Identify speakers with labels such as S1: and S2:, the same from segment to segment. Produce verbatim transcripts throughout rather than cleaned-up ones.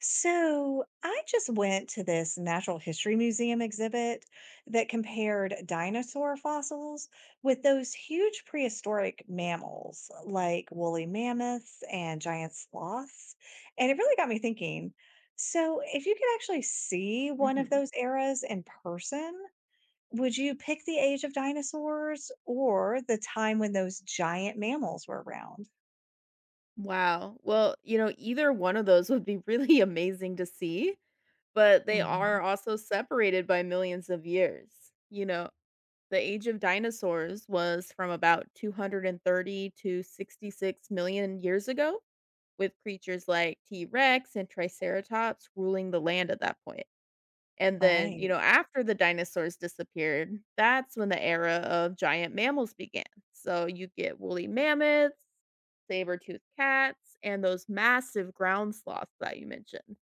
S1: So, I just went to this natural history museum exhibit that compared dinosaur fossils with those huge prehistoric mammals uh, like woolly mammoths and giant sloths. And it really got me thinking. So, if you could actually see one of
S2: Mhm.
S1: those eras in person, would you pick the age of dinosaurs or the time when those giant mammals were around?
S2: Wow. Well, you know, either one of those would be really amazing to see, but they
S1: Mhm.
S2: are also separated by millions of years. You know, the age of dinosaurs was from about two hundred thirty to sixty-six million years ago, with creatures like T Rex and Triceratops ruling the land at that point. And then, you
S1: Right.
S2: know, after the dinosaurs disappeared, that's when the era of giant mammals began. So you get woolly mammoths, saber-toothed cats, and those massive ground sloths that you mentioned.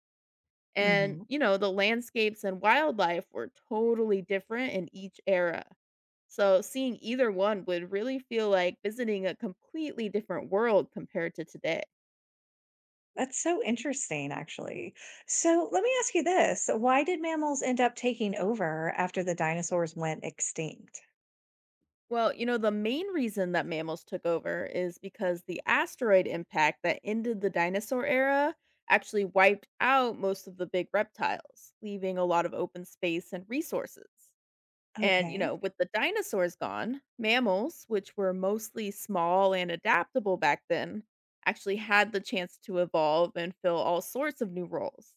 S2: And,
S1: Mhm.
S2: you know, the landscapes and wildlife were totally different in each era. So seeing either one would really feel like visiting a completely different world compared to today.
S1: That's so interesting, actually. So let me ask you this. Why did mammals end up taking over after the dinosaurs went extinct?
S2: Well, you know, the main reason that mammals took over is because the asteroid impact that ended the dinosaur era actually wiped out most of the big reptiles, leaving a lot of open space and resources. And, you
S1: Okay,
S2: know, with the dinosaurs gone, mammals, which were mostly small and adaptable back then, actually had the chance to evolve and fill all sorts of new roles.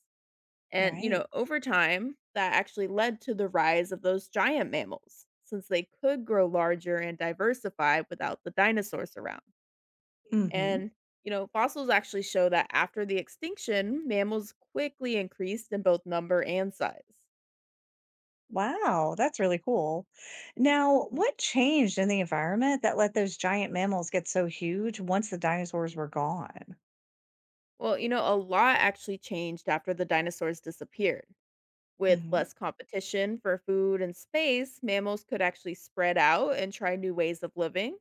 S2: And, you
S1: right.
S2: know, over time, that actually led to the rise of those giant mammals, since they could grow larger and diversify without the dinosaurs around.
S1: Hmm.
S2: And, you know, fossils actually show that after the extinction, mammals quickly increased in both number and size.
S1: Wow, that's really cool. Now,
S2: Mhm.
S1: what changed in the environment that let those giant mammals get so huge once the dinosaurs were gone?
S2: Well, you know, a lot actually changed after the dinosaurs disappeared. With
S1: Hmm.
S2: less competition for food and space, mammals could actually spread out and try new ways of living.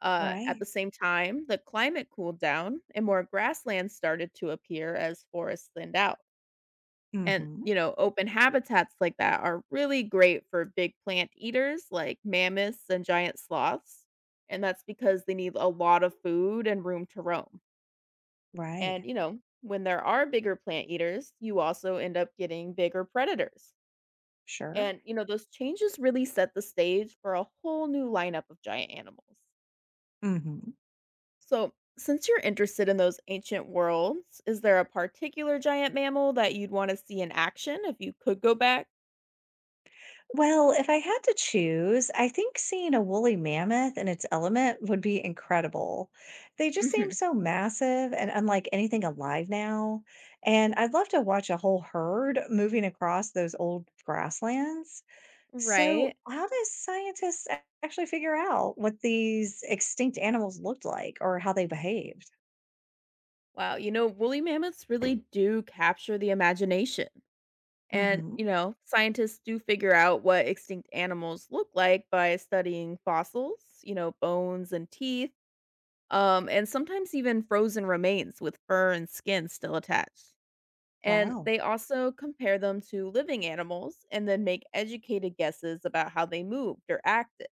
S2: Uh, at the
S1: Right.
S2: same time, the climate cooled down and more grasslands started to appear as forests thinned out. And,
S1: Hmm.
S2: you know, open habitats like that are really great for big plant eaters like mammoths and giant sloths. And that's because they need a lot of food and room to roam.
S1: Right.
S2: And, you know, when there are bigger plant eaters, you also end up getting bigger predators.
S1: Sure.
S2: And, you know, those changes really set the stage for a whole new lineup of giant animals.
S1: Mm-hmm.
S2: So, since you're interested in those ancient worlds, is there a particular giant mammal that you'd want to see in action if you could go back?
S1: Well, if I had to choose, I think seeing a woolly mammoth in its element would be incredible. They just seem
S2: Mhm,
S1: so massive and unlike anything alive now. And I'd love to watch a whole herd moving across those old grasslands. So,
S2: right.
S1: how does scientists a- actually figure out what these extinct animals looked like or how they behaved?
S2: Wow. You know, woolly mammoths really do capture the imagination. And,
S1: Hmm.
S2: you know, scientists do figure out what extinct animals look like by studying fossils, you know, bones and teeth, um, and sometimes even frozen remains with fur and skin still attached. And
S1: Wow.
S2: they also compare them to living animals and then make educated guesses about how they moved or acted.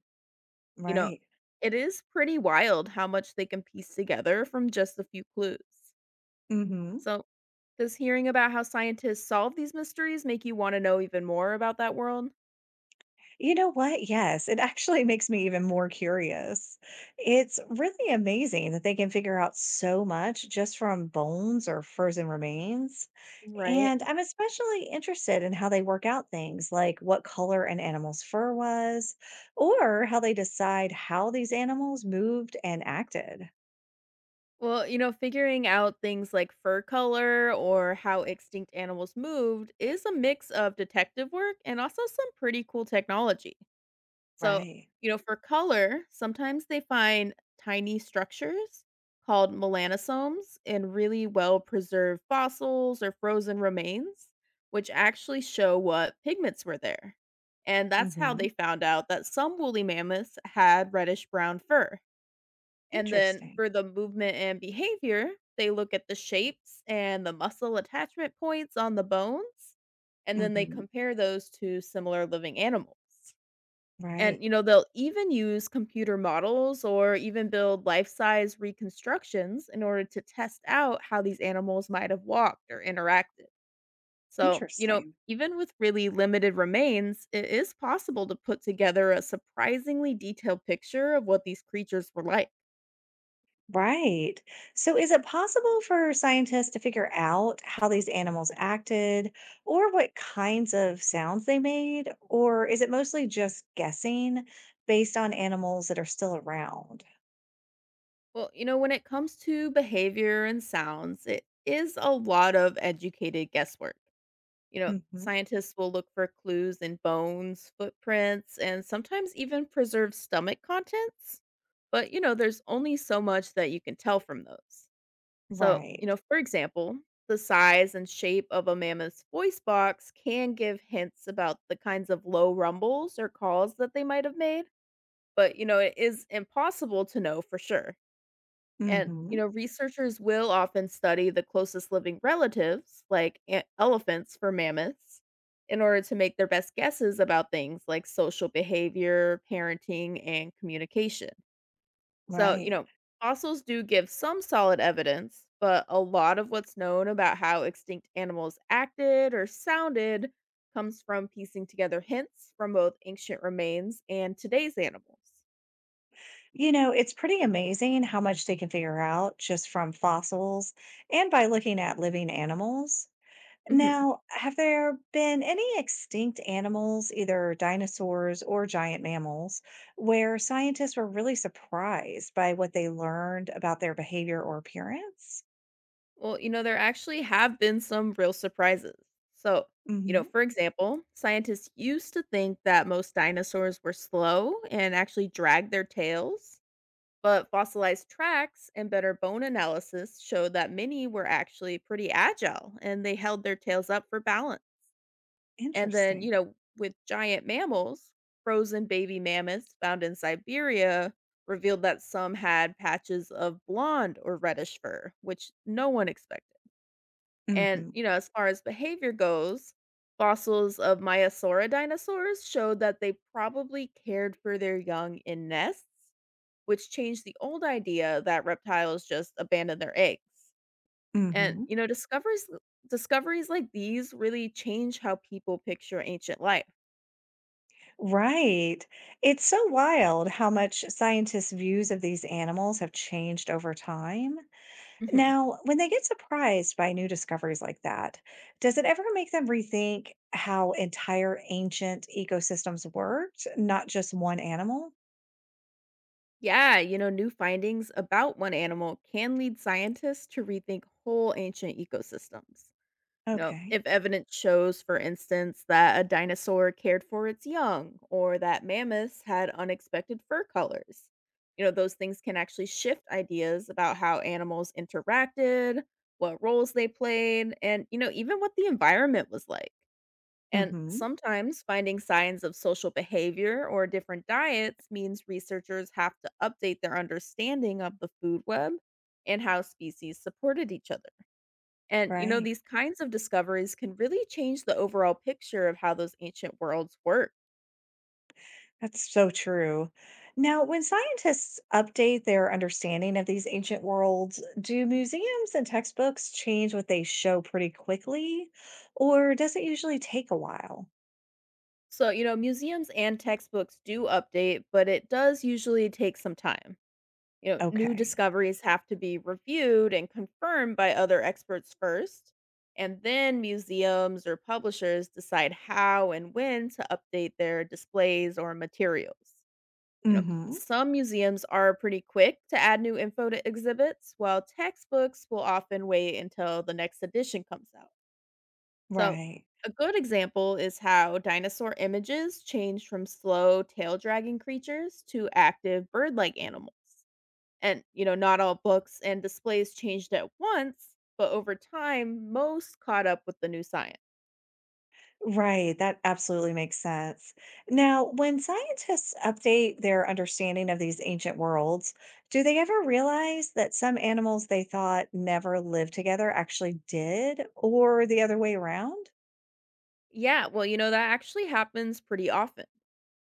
S2: You know,
S1: Right.
S2: it is pretty wild how much they can piece together from just a few clues.
S1: Hmm.
S2: So, does hearing about how scientists solve these mysteries make you want to know even more about that world?
S1: You know what? Yes, it actually makes me even more curious. It's really amazing that they can figure out so much just from bones or frozen remains.
S2: Right.
S1: And I'm especially interested in how they work out things like what color an animal's fur was, or how they decide how these animals moved and acted.
S2: Well, you know, figuring out things like fur color or how extinct animals moved is a mix of detective work and also some pretty cool technology. So,
S1: Right.
S2: you know, for color, sometimes they find tiny structures called melanosomes in really well preserved fossils or frozen remains, which actually show what pigments were there. And that's how they
S1: Hmm.
S2: found out that some woolly mammoths had reddish brown fur. And then
S1: Interesting.
S2: for the movement and behavior, they look at the shapes and the muscle attachment points on the bones, and then they
S1: Hmm.
S2: compare those to similar living animals.
S1: Right.
S2: And, you know, they'll even use computer models or even build life size reconstructions in order to test out how these animals might have walked or interacted. So, you know,
S1: Interesting.
S2: even with really limited remains, it is possible to put together a surprisingly detailed picture of what these creatures were like.
S1: Right. So, is it possible for scientists to figure out how these animals acted or what kinds of sounds they made? Or is it mostly just guessing based on animals that are still around?
S2: Well, you know, when it comes to behavior and sounds, it is a lot of educated guesswork. You know,
S1: Hmm.
S2: scientists will look for clues in bones, footprints, and sometimes even preserved stomach contents. But, you know, there's only so much that you can tell from those. So, you
S1: Right.
S2: know, for example, the size and shape of a mammoth's voice box can give hints about the kinds of low rumbles or calls that they might have made. But, you know, it is impossible to know for sure. And,
S1: Hmm.
S2: you know, researchers will often study the closest living relatives, like e- elephants for mammoths, in order to make their best guesses about things like social behavior, parenting, and communication. So, you
S1: Right.
S2: know, fossils do give some solid evidence, but a lot of what's known about how extinct animals acted or sounded comes from piecing together hints from both ancient remains and today's animals.
S1: You know, it's pretty amazing how much they can figure out just from fossils and by looking at living animals.
S2: Mhm.
S1: Now, have there been any extinct animals, either dinosaurs or giant mammals, where scientists were really surprised by what they learned about their behavior or appearance?
S2: Well, you know, there actually have been some real surprises. So, you know,
S1: Hmm.
S2: for example, scientists used to think that most dinosaurs were slow and actually dragged their tails, but fossilized tracks and better bone analysis showed that many were actually pretty agile and they held their tails up for balance. And then, you
S1: Interesting.
S2: know, with giant mammals, frozen baby mammoths found in Siberia revealed that some had patches of blonde or reddish fur, which no one expected. And,
S1: Hmm.
S2: you know, as far as behavior goes, fossils of Myasaura dinosaurs showed that they probably cared for their young in nests, which changed the old idea that reptiles just abandon their eggs. And,
S1: Hmm.
S2: you know, discoveries discoveries like these really change how people picture ancient life.
S1: Right. It's so wild how much scientists' views of these animals have changed over time.
S2: Mhm.
S1: Now, when they get surprised by new discoveries like that, does it ever make them rethink how entire ancient ecosystems worked, not just one animal?
S2: Yeah, you know, new findings about one animal can lead scientists to rethink whole ancient ecosystems. You know,
S1: Okay.
S2: if evidence shows, for instance, that a dinosaur cared for its young or that mammoths had unexpected fur colors, you know, those things can actually shift ideas about how animals interacted, what roles they played, and, you know, even what the environment was like. And
S1: Hmm.
S2: sometimes finding signs of social behavior or different diets means researchers have to update their understanding of the food web and how species supported each other. And, you know,
S1: Right.
S2: these kinds of discoveries can really change the overall picture of how those ancient worlds work.
S1: That's so true. Now, when scientists update their understanding of these ancient worlds, do museums and textbooks change what they show pretty quickly, or does it usually take a while?
S2: So, you know, museums and textbooks do update, but it does usually take some time. You know, new
S1: Okay.
S2: discoveries have to be reviewed and confirmed by other experts first, and then museums or publishers decide how and when to update their displays or materials. You know,
S1: Hmm.
S2: some museums are pretty quick to add new info to exhibits, while textbooks will often wait until the next edition comes out. So,
S1: Right.
S2: a good example is how dinosaur images changed from slow tail dragging creatures to active bird like animals. And, you know, not all books and displays changed at once, but over time, most caught up with the new science.
S1: Right, that absolutely makes sense. Now, when scientists update their understanding of these ancient worlds, do they ever realize that some animals they thought never lived together actually did, or the other way around?
S2: Yeah, well, you know, that actually happens pretty often.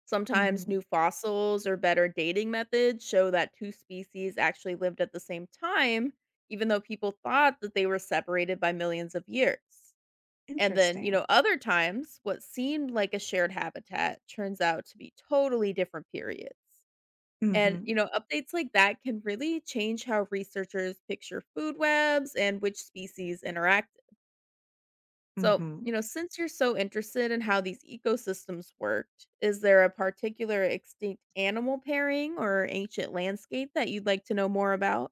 S2: Sometimes
S1: Hmm.
S2: new fossils or better dating methods show that two species actually lived at the same time, even though people thought that they were separated by millions of years. And then, you
S1: Interesting.
S2: know, other times, what seemed like a shared habitat turns out to be totally different periods. And, you
S1: Hmm.
S2: know, updates like that can really change how researchers picture food webs and which species interact. So,
S1: Hmm.
S2: you know, since you're so interested in how these ecosystems worked, is there a particular extinct animal pairing or ancient landscape that you'd like to know more about?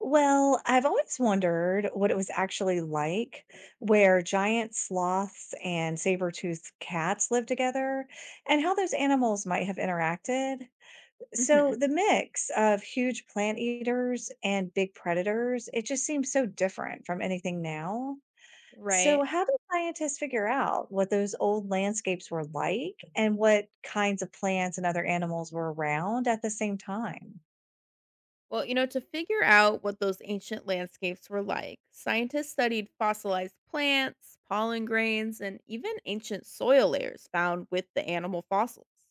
S1: Well, I've always wondered what it was actually like where giant sloths and saber-toothed cats lived together and how those animals might have interacted. So
S2: Hmm.
S1: the mix of huge plant eaters and big predators, it just seems so different from anything now. So
S2: Right.
S1: how do scientists figure out what those old landscapes were like and what kinds of plants and other animals were around at the same time?
S2: Well, you know, to figure out what those ancient landscapes were like, scientists studied fossilized plants, pollen grains, and even ancient soil layers found with the animal fossils.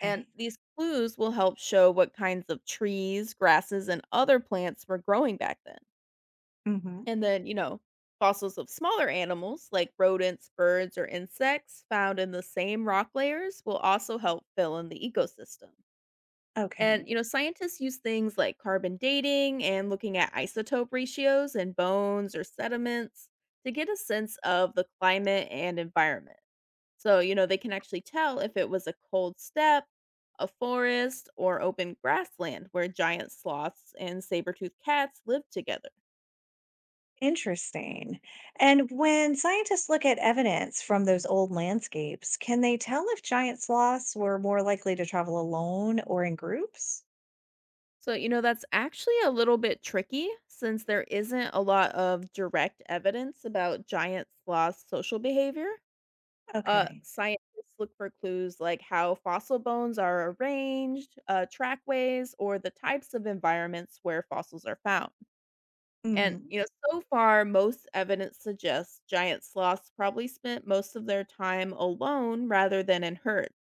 S2: And these clues will help show what kinds of trees, grasses, and other plants were growing back then.
S1: Hmm.
S2: And then, you know, fossils of smaller animals like rodents, birds, or insects found in the same rock layers will also help fill in the ecosystem. And,
S1: Okay.
S2: you know, scientists use things like carbon dating and looking at isotope ratios in bones or sediments to get a sense of the climate and environment. So, you know, they can actually tell if it was a cold steppe, a forest, or open grassland where giant sloths and saber toothed cats lived together.
S1: Interesting. And when scientists look at evidence from those old landscapes, can they tell if giant sloths were more likely to travel alone or in groups?
S2: So, you know, that's actually a little bit tricky since there isn't a lot of direct evidence about giant sloths' social behavior. Uh,
S1: Okay.
S2: scientists look for clues like how fossil bones are arranged, uh, trackways, or the types of environments where fossils are found. And,
S1: Hmm.
S2: you know, so far, most evidence suggests giant sloths probably spent most of their time alone rather than in herds,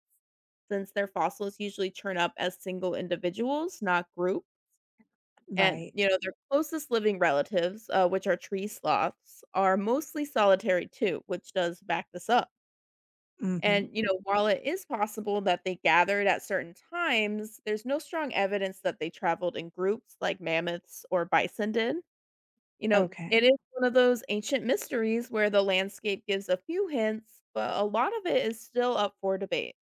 S2: since their fossils usually turn up as single individuals, not groups. And,
S1: Right.
S2: you know, their closest living relatives, uh, which are tree sloths, are mostly solitary too, which does back this up.
S1: Mhm.
S2: And, you know, while it is possible that they gathered at certain times, there's no strong evidence that they traveled in groups like mammoths or bison did. You know, it
S1: Okay.
S2: is one of those ancient mysteries where the landscape gives a few hints, but a lot of it is still up for debate.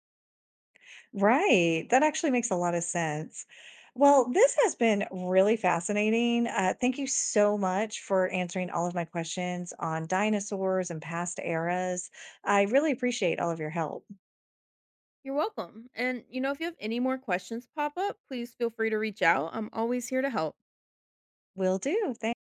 S1: Right. That actually makes a lot of sense. Well, this has been really fascinating. Uh, thank you so much for answering all of my questions on dinosaurs and past eras. I really appreciate all of your help.
S2: You're welcome. And, you know, if you have any more questions pop up, please feel free to reach out. I'm always here to help.
S1: Will do. Thanks.